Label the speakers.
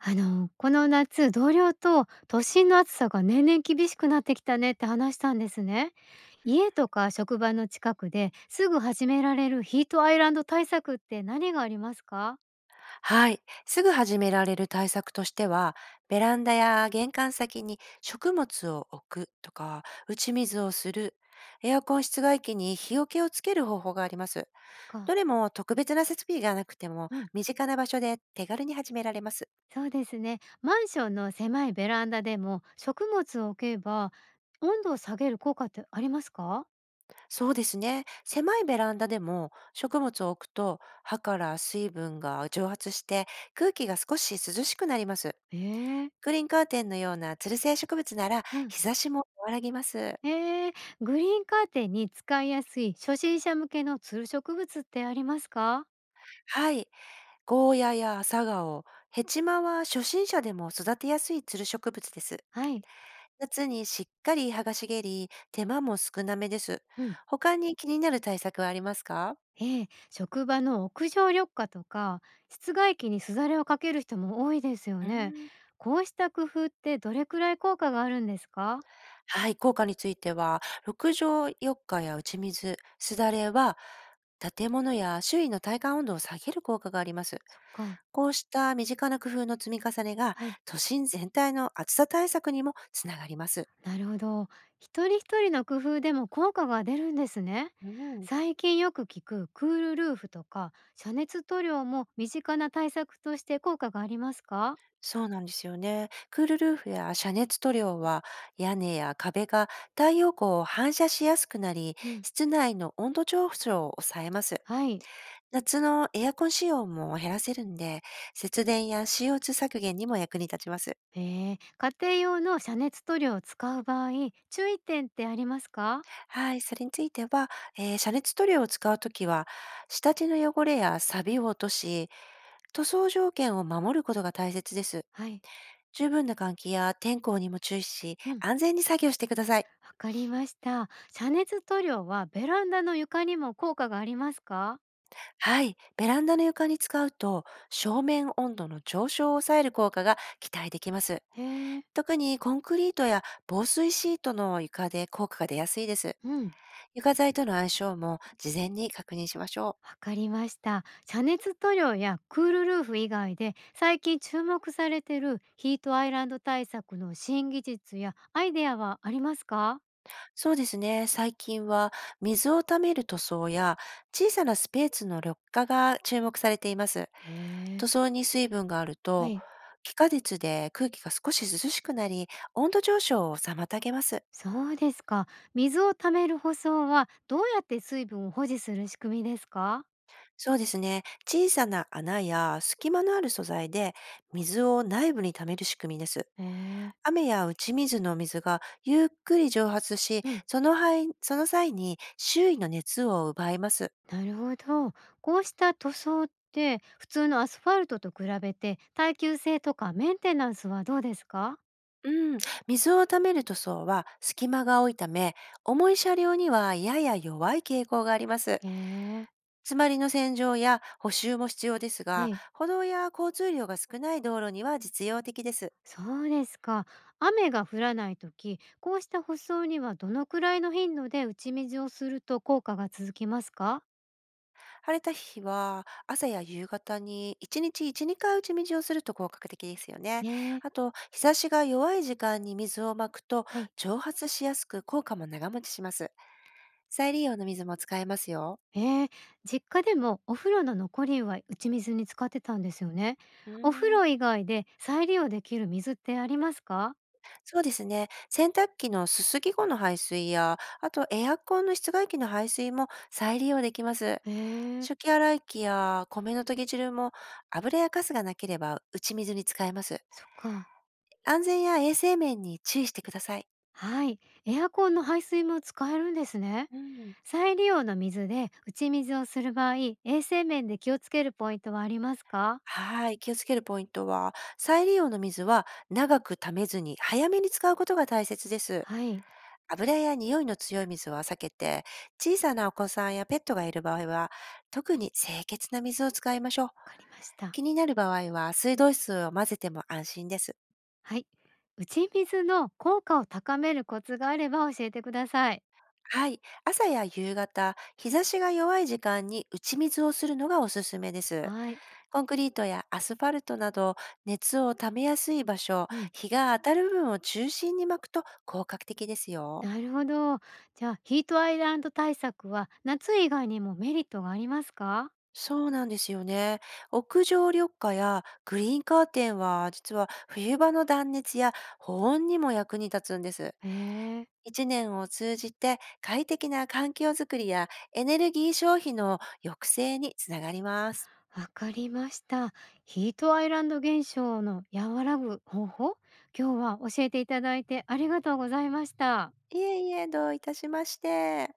Speaker 1: この夏、同僚と都心の暑さが年々厳しくなってきたねって話したんですね。家とか職場の近くですぐ始められるヒートアイランド対策って何がありますか？
Speaker 2: はい。すぐ始められる対策としては、ベランダや玄関先に食物を置くとか、打ち水をする、エアコン室外機に日よけをつける方法があります。
Speaker 1: そっ
Speaker 2: ど
Speaker 1: か。
Speaker 2: れも特別な設備がなくても、
Speaker 1: うん。
Speaker 2: 身近な場所で手軽に始められます。
Speaker 1: そうですね、マンションの狭いベランダでも食物を置けば温度を下げる効果ってありますか？
Speaker 2: そうですね。狭いベランダでも食物を置くと、葉から水分が蒸発して、空気が少し涼しくなります。
Speaker 1: えー、
Speaker 2: グリーンカーテンのような吊る性植物なら、
Speaker 1: うん。
Speaker 2: 日差しも和らぎます。
Speaker 1: えー、グリーンカーテンに使いやすい初心者向けのつる植物ってありますか？
Speaker 2: はい。ゴーヤや朝顔、ヘチマは初心者でも育てやすいつる植物です。
Speaker 1: はい。
Speaker 2: 夏にしっかり葉が茂り、手間も少なめです。
Speaker 1: うん。
Speaker 2: 他に気になる対策はありますか？
Speaker 1: ええ、職場の屋上緑化とか室外機にすだれをかける人も多いですよ
Speaker 2: うー
Speaker 1: ね。
Speaker 2: ん。
Speaker 1: こうした工夫ってどれくらい効果があるんですか？
Speaker 2: はい、効果については、六畳四日や打ち水、すだれは、建物や周囲の体感温度を下げる効果があります。
Speaker 1: そっか。
Speaker 2: こうした身近な工夫の積み重ねが、
Speaker 1: はい。
Speaker 2: 都心全体の暑さ対策にもつながります。
Speaker 1: なるほど。一人一人の工夫でも効果が出るんですね。
Speaker 2: うん。
Speaker 1: 最近よく聞くクールルーフとか遮熱塗料も身近な対策として効果がありますか？
Speaker 2: そうなんですよね。クールルーフや遮熱塗料は屋根や壁が太陽光を反射しやすくなり、
Speaker 1: うん。
Speaker 2: 室内の温度上昇を抑えます。
Speaker 1: はい。
Speaker 2: 夏のエアコン使用も減らせるんで、節電や CO2 削減にも役に立ちます。
Speaker 1: ええ、家庭用の遮熱塗料を使う場合、注意点ってありますか？
Speaker 2: はい、それについては、遮熱塗料を使うときは、下地の汚れや錆を落とし、塗装条件を守ることが大切です。
Speaker 1: はい。
Speaker 2: 十分な換気や天候にも注意し、
Speaker 1: うん。
Speaker 2: 安全に作業してください。
Speaker 1: わかりました。遮熱塗料はベランダの床にも効果がありますか？
Speaker 2: はい。ベランダの床に使うと、正面温度の上昇を抑える効果が期待できます。
Speaker 1: へえ、
Speaker 2: 特にコンクリートや防水シートの床で効果が出やすいです。
Speaker 1: うん。
Speaker 2: 床材との相性も事前に確認しましょう。
Speaker 1: わかりました。遮熱塗料やクールルーフ以外で最近注目されてるヒートアイランド対策の新技術やアイデアはありますか？
Speaker 2: そうですね。最近は水を溜める塗装や小さなスペースの緑化が注目されています。
Speaker 1: へえ、
Speaker 2: 塗装に水分がある
Speaker 1: は
Speaker 2: と、
Speaker 1: い。
Speaker 2: 気化熱で空気が少し涼しくなり、温度上昇を妨げます。
Speaker 1: そうですか。水を溜める舗装はどうやって水分を保持する仕組みですか？
Speaker 2: そうですね。小さな穴や隙間のある素材で水を内部に溜める仕組みです。
Speaker 1: へえ、
Speaker 2: 雨や打ち水の水がゆっくり蒸発し、
Speaker 1: うん。
Speaker 2: その範囲その際に周囲の熱を奪います。
Speaker 1: なるほど。こうした塗装って普通のアスファルトと比べて耐久性とかメンテナンスはどうですか？
Speaker 2: うん、水を溜める塗装は隙間が多いため、重い車両にはやや弱い傾向があります。
Speaker 1: へえ。
Speaker 2: 詰まりの洗浄や補修も必要です
Speaker 1: は
Speaker 2: が、
Speaker 1: い。
Speaker 2: 歩道や交通量が少ない道路には実用的です。
Speaker 1: そうですか。雨が降らないとき、こうした舗装にはどのくらいの頻度で打ち水をすると効果が続きますか？
Speaker 2: 晴れた日は、朝や夕方に1日1、2回打ち水をすると効果的ですよね。
Speaker 1: へえ。
Speaker 2: あと、日差しが弱い時間に水をまくと
Speaker 1: はい。
Speaker 2: 蒸発しやすく効果も長持ちします。再利用の水も使えますよ。
Speaker 1: へえ、実家でもお風呂の残り湯は打ち水に使ってたんですよね。
Speaker 2: うー
Speaker 1: お風
Speaker 2: ん、
Speaker 1: 呂以外で再利用できる水ってありますか？
Speaker 2: そうですね。洗濯機のすすぎ後の排水や、あとエアコンの室外機の排水も再利用できます。
Speaker 1: へえ。
Speaker 2: 食器洗い機や米の研ぎ汁も油やカスがなければ打ち水に使えます。
Speaker 1: そっか。
Speaker 2: 安全や衛生面に注意してください。
Speaker 1: はい。エアコンの排水も使えるんですね。
Speaker 2: うん。
Speaker 1: 再利用の水で打ち水をする場合、衛生面で気をつけるポイントはありますか？
Speaker 2: はい、気をつけるポイントは、再利用の水は長く溜めずに早めに使うことが大切です。
Speaker 1: はい。
Speaker 2: 油や匂いの強い水は避けて、小さなお子さんやペットがいる場合は、特に清潔な水を使いましょう。
Speaker 1: わかりました。
Speaker 2: 気になる場合は、水道水を混ぜても安心です。
Speaker 1: はい。打ち水の効果を高めるコツがあれば教えてください。
Speaker 2: はい、朝や夕方、日差しが弱い時間に打ち水をするのがおすすめです。
Speaker 1: はい。
Speaker 2: コンクリートやアスファルトなど熱をためやすい場所、
Speaker 1: うん。
Speaker 2: 日が当たる部分を中心に巻くと効果的ですよ。
Speaker 1: なるほど。じゃあ、ヒートアイランド対策は夏以外にもメリットがありますか？
Speaker 2: そうなんですよね。屋上緑化やグリーンカーテンは実は冬場の断熱や保温にも役に立つんです。
Speaker 1: へえ。
Speaker 2: 一年を通じて快適な環境づくりやエネルギー消費の抑制につながります。
Speaker 1: わかりました。ヒートアイランド現象の和らぐ方法、今日は教えていただいてありがとうございました。
Speaker 2: いえいえ、どういたしまして。